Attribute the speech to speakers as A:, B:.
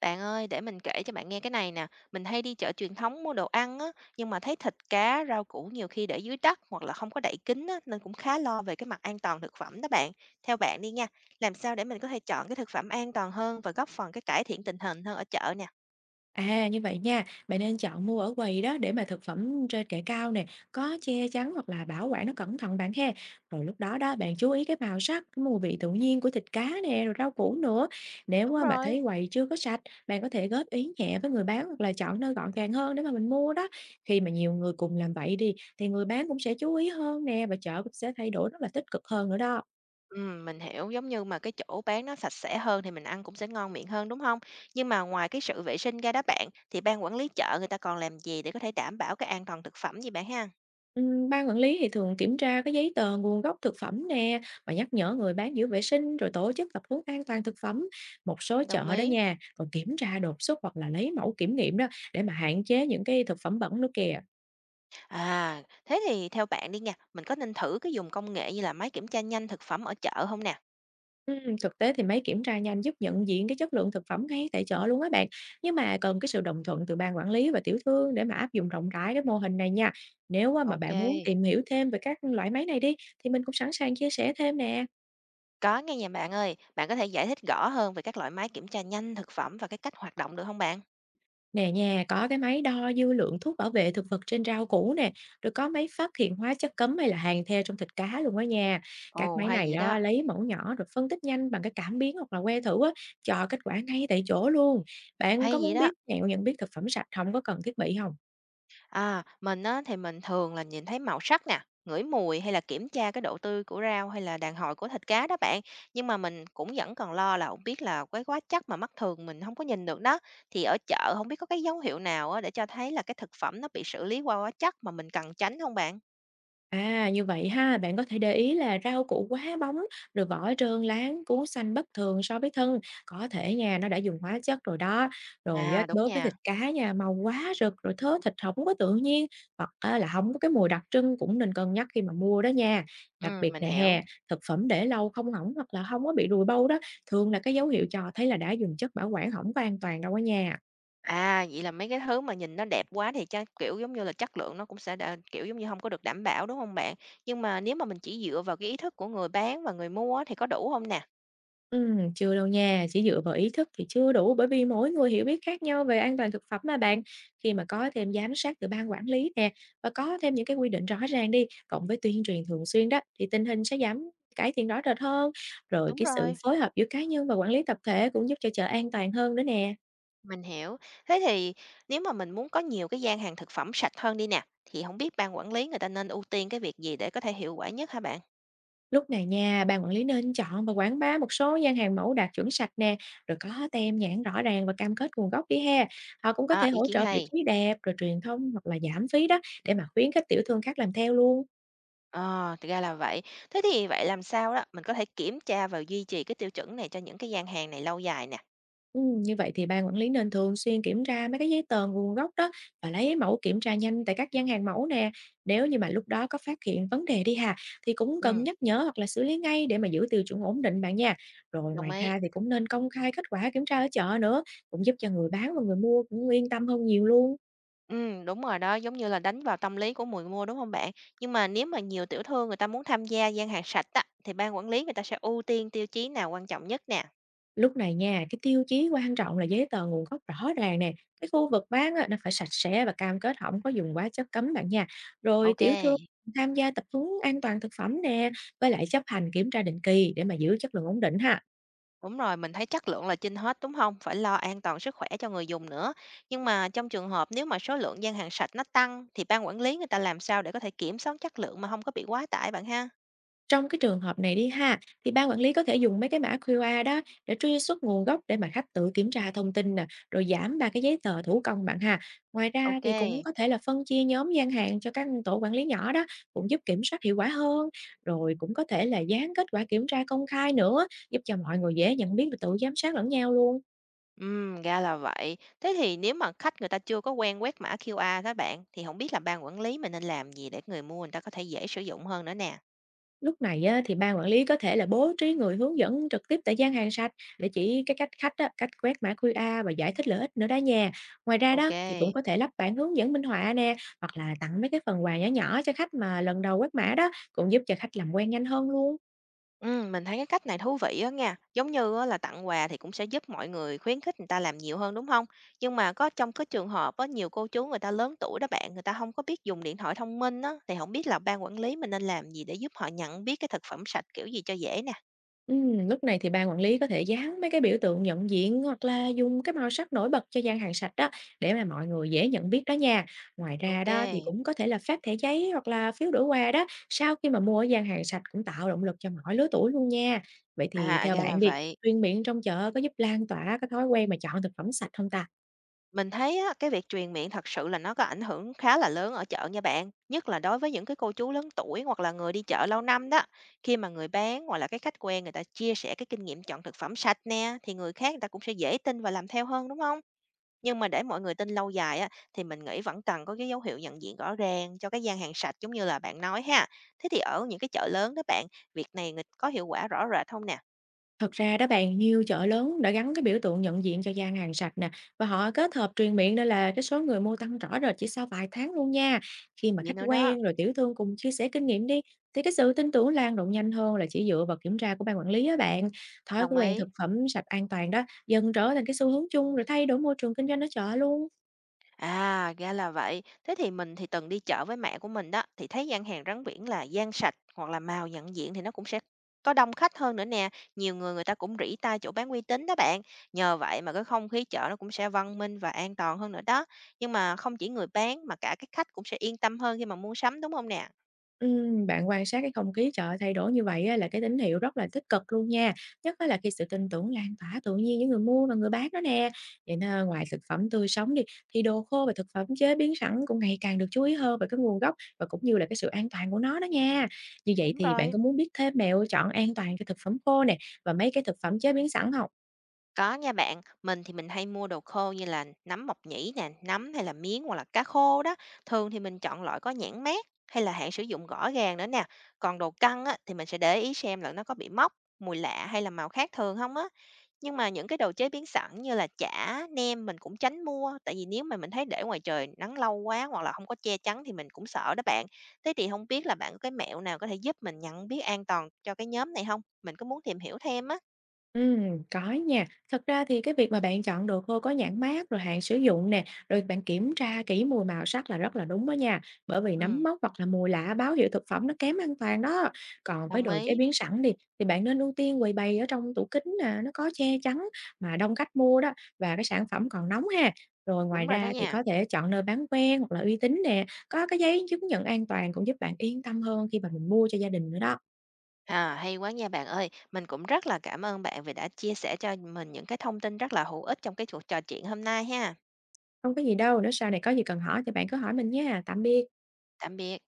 A: Bạn ơi, để mình kể cho bạn nghe cái này nè. Mình hay đi chợ truyền thống mua đồ ăn á, nhưng mà thấy thịt cá, rau củ nhiều khi để dưới đất hoặc là không có đậy kín á, nên cũng khá lo về cái mặt an toàn thực phẩm đó bạn. Theo bạn đi nha, làm sao để mình có thể chọn cái thực phẩm an toàn hơn và góp phần cái cải thiện tình hình hơn ở chợ nè?
B: À, như vậy nha, bạn nên chọn mua ở quầy đó để mà thực phẩm trên kệ cao nè, có che chắn hoặc là bảo quản nó cẩn thận bạn ha. Rồi lúc đó đó bạn chú ý cái màu sắc, cái mùi vị tự nhiên của thịt cá nè, rồi rau củ nữa. Nếu
A: Đúng
B: á, mà
A: rồi.
B: thấy quầy chưa có sạch, bạn có thể góp ý nhẹ với người bán hoặc là chọn nơi gọn gàng hơn để mà mình mua đó. Khi mà nhiều người cùng làm vậy đi thì người bán cũng sẽ chú ý hơn nè và chợ cũng sẽ thay đổi rất là tích cực hơn nữa đó.
A: Ừ, mình hiểu giống như mà cái chỗ bán nó sạch sẽ hơn thì mình ăn cũng sẽ ngon miệng hơn đúng không? Nhưng mà ngoài cái sự vệ sinh ra đó bạn thì ban quản lý chợ người ta còn làm gì để có thể đảm bảo cái an toàn thực phẩm gì bạn ha?
B: Ban quản lý thì thường kiểm tra cái giấy tờ nguồn gốc thực phẩm nè, và nhắc nhở người bán giữ vệ sinh rồi tổ chức tập huấn an toàn thực phẩm. Một số
A: Đồng
B: chợ đó
A: ý.
B: nha, còn kiểm tra đột xuất hoặc là lấy mẫu kiểm nghiệm đó để mà hạn chế những cái thực phẩm bẩn nữa kìa.
A: À, thế thì theo bạn đi nha, mình có nên thử cái dùng công nghệ như là máy kiểm tra nhanh thực phẩm ở chợ không nè?
B: Thực tế thì mấy kiểm tra nhanh giúp nhận diện cái chất lượng thực phẩm ngay tại chợ luôn á bạn. Nhưng mà cần cái sự đồng thuận từ ban quản lý và tiểu thương để mà áp dụng rộng rãi cái mô hình này nha. Nếu á, mà
A: Ok.
B: bạn muốn tìm hiểu thêm về các loại máy này đi thì mình cũng sẵn sàng chia sẻ thêm nè.
A: Có nghe nhà bạn ơi, bạn có thể giải thích rõ hơn về các loại máy kiểm tra nhanh thực phẩm và cái cách hoạt động được không bạn?
B: Nè nhà có cái máy đo dư lượng thuốc bảo vệ thực vật trên rau củ nè, rồi có máy phát hiện hóa chất cấm hay là hàn the trong thịt cá luôn đó nha. Các
A: Ồ,
B: máy
A: hay
B: này
A: vậy
B: đó
A: đó,
B: lấy mẫu nhỏ rồi phân tích nhanh bằng cái cảm biến hoặc là que thử á, cho kết quả ngay tại chỗ luôn. Bạn có
A: hay vậy
B: muốn
A: đó.
B: biết mẹo nhận biết thực phẩm sạch không có cần thiết bị không?
A: À, mình á, thì mình thường là nhìn thấy màu sắc nè, ngửi mùi hay là kiểm tra cái độ tươi của rau hay là đàn hồi của thịt cá đó bạn. Nhưng mà mình cũng vẫn còn lo là không biết là cái hóa chất mà mắt thường mình không có nhìn được đó. Thì ở chợ không biết có cái dấu hiệu nào á, để cho thấy là cái thực phẩm nó bị xử lý qua hóa chất mà mình cần tránh không bạn?
B: À, như vậy ha, bạn có thể để ý là rau củ quá bóng, rồi vỏ trơn láng, cuống xanh bất thường so với thân, có thể nha, nó đã dùng hóa chất rồi đó. Rồi á,
A: À đúng
B: đối với thịt
A: nha.
B: cá nha, màu quá rực, rồi thớ thịt không có tự nhiên, hoặc á, là không có cái mùi đặc trưng cũng nên cân nhắc khi mà mua đó nha. Đặc
A: Ừ,
B: biệt
A: mình
B: nè
A: hiểu.
B: hè, thực phẩm để lâu không hỏng hoặc là không có bị ruồi bâu đó, thường là cái dấu hiệu cho thấy là đã dùng chất bảo quản không có an toàn đâu đó nha.
A: À, vậy là mấy cái thứ mà nhìn nó đẹp quá thì chắc kiểu giống như là chất lượng nó cũng sẽ kiểu giống như không có được đảm bảo đúng không bạn? Nhưng mà nếu mà mình chỉ dựa vào cái ý thức của người bán và người mua á, thì có đủ không nè?
B: Chưa đâu nha, chỉ dựa vào ý thức thì chưa đủ bởi vì mỗi người hiểu biết khác nhau về an toàn thực phẩm mà bạn. Khi mà có thêm giám sát từ ban quản lý nè và có thêm những cái quy định rõ ràng đi, cộng với tuyên truyền thường xuyên đó thì tình hình sẽ giảm cải thiện rõ rệt hơn. Rồi
A: Đúng
B: cái sự
A: rồi,
B: phối hợp giữa cá nhân và quản lý tập thể cũng giúp cho chợ an toàn hơn nữa nè.
A: mình hiểu. Thế thì nếu mà mình muốn có nhiều cái gian hàng thực phẩm sạch hơn đi nè, thì không biết ban quản lý người ta nên ưu tiên cái việc gì để có thể hiệu quả nhất hả bạn?
B: Lúc này nha, ban quản lý nên chọn và quảng bá một số gian hàng mẫu đạt chuẩn sạch nè, rồi có tem nhãn rõ ràng và cam kết nguồn gốc đi ha. Họ cũng có
A: À,
B: thể
A: ý
B: hỗ
A: kiến
B: trợ vị
A: hay.
B: trí đẹp, rồi truyền thông hoặc là giảm phí đó để mà khuyến khích tiểu thương khác làm theo luôn.
A: Ờ, thì ra là vậy. Thế thì vậy làm sao đó mình có thể kiểm tra và duy trì cái tiêu chuẩn này cho những cái gian hàng này lâu dài nè?
B: Như vậy thì ban quản lý nên thường xuyên kiểm tra mấy cái giấy tờ nguồn gốc đó và lấy mẫu kiểm tra nhanh tại các gian hàng mẫu nè. Nếu như mà lúc đó có phát hiện vấn đề đi hà thì cũng cần
A: Ừm,
B: nhắc nhở hoặc là xử lý ngay để mà giữ tiêu chuẩn ổn định bạn nha. Rồi
A: đồng
B: ngoài
A: ý.
B: ra thì cũng nên công khai kết quả kiểm tra ở chợ nữa, cũng giúp cho người bán và người mua cũng yên tâm hơn nhiều luôn.
A: Đúng rồi đó, giống như là đánh vào tâm lý của người mua, đúng không bạn? Nhưng mà nếu mà nhiều tiểu thương người ta muốn tham gia gian hàng sạch á, thì ban quản lý người ta sẽ ưu tiên tiêu chí nào quan trọng nhất nè?
B: Lúc này nha, cái tiêu chí quan trọng là giấy tờ nguồn gốc rõ ràng nè. Cái khu vực bán á, nó phải sạch sẽ và cam kết không có dùng hóa chất cấm bạn nha. Rồi
A: Ok.
B: tiểu thương tham gia tập huấn an toàn thực phẩm nè, với lại chấp hành kiểm tra định kỳ để mà giữ chất lượng ổn định ha.
A: Đúng rồi, mình thấy chất lượng là trên hết, đúng không? Phải lo an toàn sức khỏe cho người dùng nữa. Nhưng mà trong trường hợp nếu mà số lượng gian hàng sạch nó tăng thì ban quản lý người ta làm sao để có thể kiểm soát chất lượng mà không có bị quá tải bạn ha?
B: Trong cái trường hợp này đi ha, thì ban quản lý có thể dùng mấy cái mã QR đó để truy xuất nguồn gốc để mà khách tự kiểm tra thông tin nè, rồi giảm ba cái giấy tờ thủ công bạn ha. Ngoài ra
A: Ok.
B: thì cũng có thể là phân chia nhóm gian hàng cho các tổ quản lý nhỏ đó, cũng giúp kiểm soát hiệu quả hơn. Rồi cũng có thể là dán kết quả kiểm tra công khai nữa, giúp cho mọi người dễ nhận biết và tự giám sát lẫn nhau luôn
A: Ra là vậy. Thế thì nếu mà khách người ta chưa có quen quét mã QR đó bạn, thì không biết là ban quản lý mình nên làm gì để người mua người ta có thể dễ sử dụng hơn nữa nè?
B: Lúc này á, thì ban quản lý có thể là bố trí người hướng dẫn trực tiếp tại gian hàng sạch để chỉ cái cách khách á, cách quét mã QR và giải thích lợi ích nữa đó nha. Ngoài ra
A: Ok.
B: đó thì cũng có thể lắp bảng hướng dẫn minh họa nè hoặc là tặng mấy cái phần quà nhỏ nhỏ cho khách mà lần đầu quét mã đó cũng giúp cho khách làm quen nhanh hơn luôn.
A: Mình thấy cái cách này thú vị á nha. Giống như á là tặng quà thì cũng sẽ giúp mọi người khuyến khích người ta làm nhiều hơn, đúng không? Nhưng mà có trong cái trường hợp á, nhiều cô chú người ta lớn tuổi đó bạn, người ta không có biết dùng điện thoại thông minh á, thì không biết là ban quản lý mình nên làm gì để giúp họ nhận biết cái thực phẩm sạch kiểu gì cho dễ nè?
B: Lúc này thì ban quản lý có thể dán mấy cái biểu tượng nhận diện hoặc là dùng cái màu sắc nổi bật cho gian hàng sạch đó để mà mọi người dễ nhận biết đó nha. Ngoài ra
A: Ok,
B: đó thì cũng có thể là phát thẻ giấy hoặc là phiếu đổi quà đó sau khi mà mua ở gian hàng sạch cũng tạo động lực cho mọi lứa tuổi luôn nha. Vậy thì
A: à,
B: theo
A: ra là
B: bạn đi,
A: vậy.
B: tuyên miệng trong chợ có giúp lan tỏa cái thói quen mà chọn thực phẩm sạch không ta?
A: Mình thấy á, cái việc truyền miệng thật sự là nó có ảnh hưởng khá là lớn ở chợ nha bạn, nhất là đối với những cái cô chú lớn tuổi hoặc là người đi chợ lâu năm đó. Khi mà người bán hoặc là cái khách quen người ta chia sẻ cái kinh nghiệm chọn thực phẩm sạch nè, thì người khác người ta cũng sẽ dễ tin và làm theo hơn đúng không? Nhưng mà để mọi người tin lâu dài á, thì mình nghĩ vẫn cần có cái dấu hiệu nhận diện rõ ràng cho cái gian hàng sạch giống như là bạn nói ha. Thế thì ở những cái chợ lớn đó bạn, việc này có hiệu quả rõ rệt không nè?
B: Thật ra đó bạn, nhiều chợ lớn đã gắn cái biểu tượng nhận diện cho gian hàng sạch nè và họ kết hợp truyền miệng nên là cái số người mua tăng rõ rệt chỉ sau vài tháng luôn nha. Khi mà
A: Vậy
B: khách
A: nữa đó,
B: quen rồi tiểu thương cùng chia sẻ kinh nghiệm đi thì cái sự tin tưởng lan rộng nhanh hơn là chỉ dựa vào kiểm tra của ban quản lý á bạn. Thói
A: đồng
B: quen
A: ý.
B: thực phẩm sạch an toàn đó dần trở thành cái xu hướng chung rồi thay đổi môi trường kinh doanh ở chợ luôn.
A: À, ra là vậy. Thế thì mình thì từng đi chợ với mẹ của mình đó, thì thấy gian hàng rắn biển là gian sạch hoặc là màu nhận diện thì nó cũng sẽ có đông khách hơn nữa nè. Nhiều người người ta cũng rỉ tai chỗ bán uy tín đó bạn. Nhờ vậy mà cái không khí chợ nó cũng sẽ văn minh và an toàn hơn nữa đó. Nhưng mà không chỉ người bán mà cả các khách cũng sẽ yên tâm hơn khi mà mua sắm đúng không nè?
B: Bạn quan sát cái không khí chợ thay đổi như vậy á, là cái tín hiệu rất là tích cực luôn nha. Nhất á là khi sự tin tưởng lan tỏa tự nhiên giữa người mua và người bán đó nè. Vậy nên ngoài thực phẩm tươi sống đi, thì đồ khô và thực phẩm chế biến sẵn cũng ngày càng được chú ý hơn về cái nguồn gốc và cũng như là cái sự an toàn của nó đó nha. Như vậy
A: Đúng
B: thì bạn
A: rồi.
B: có muốn biết thêm mẹo chọn an toàn cho thực phẩm khô nè và mấy cái thực phẩm chế biến sẵn không?
A: Có nha bạn, mình thì mình hay mua đồ khô như là nấm mộc nhĩ nè, nấm hay là miến hoặc là cá khô đó. Thường thì mình chọn loại có nhãn mác hay là hạn sử dụng rõ ràng nữa nè. Còn đồ căng á, thì mình sẽ để ý xem là nó có bị mốc, mùi lạ hay là màu khác thường không á. Nhưng mà những cái đồ chế biến sẵn như là chả, nem mình cũng tránh mua. Tại vì nếu mà mình thấy để ngoài trời nắng lâu quá hoặc là không có che chắn thì mình cũng sợ đó bạn. Thế thì không biết là bạn có cái mẹo nào có thể giúp mình nhận biết an toàn cho cái nhóm này không? Mình có muốn tìm hiểu thêm á.
B: Có nha. Thật ra thì cái việc mà bạn chọn đồ khô có nhãn mác, rồi hạn sử dụng nè, rồi bạn kiểm tra kỹ mùi màu sắc là rất là đúng đó nha. Bởi vì
A: Ừ,
B: nấm mốc hoặc là mùi lạ báo hiệu thực phẩm nó kém an toàn đó. Còn với
A: đồng
B: đồ chế
A: ý.
B: biến sẵn đi, thì bạn nên ưu tiên quầy bày ở trong tủ kính nè, nó có che chắn mà đông khách mua đó và cái sản phẩm còn nóng ha. Rồi ngoài
A: Đúng rồi đó
B: ra thì
A: nha.
B: có thể chọn nơi bán quen hoặc là uy tín nè, có cái giấy chứng nhận an toàn cũng giúp bạn yên tâm hơn khi mà mình mua cho gia đình nữa đó.
A: À, hay quá nha bạn ơi. Mình cũng rất là cảm ơn bạn vì đã chia sẻ cho mình những cái thông tin rất là hữu ích trong cái cuộc trò chuyện hôm nay ha.
B: Không có gì đâu, nếu sau này có gì cần hỏi thì bạn cứ hỏi mình nha. Tạm biệt.
A: Tạm biệt.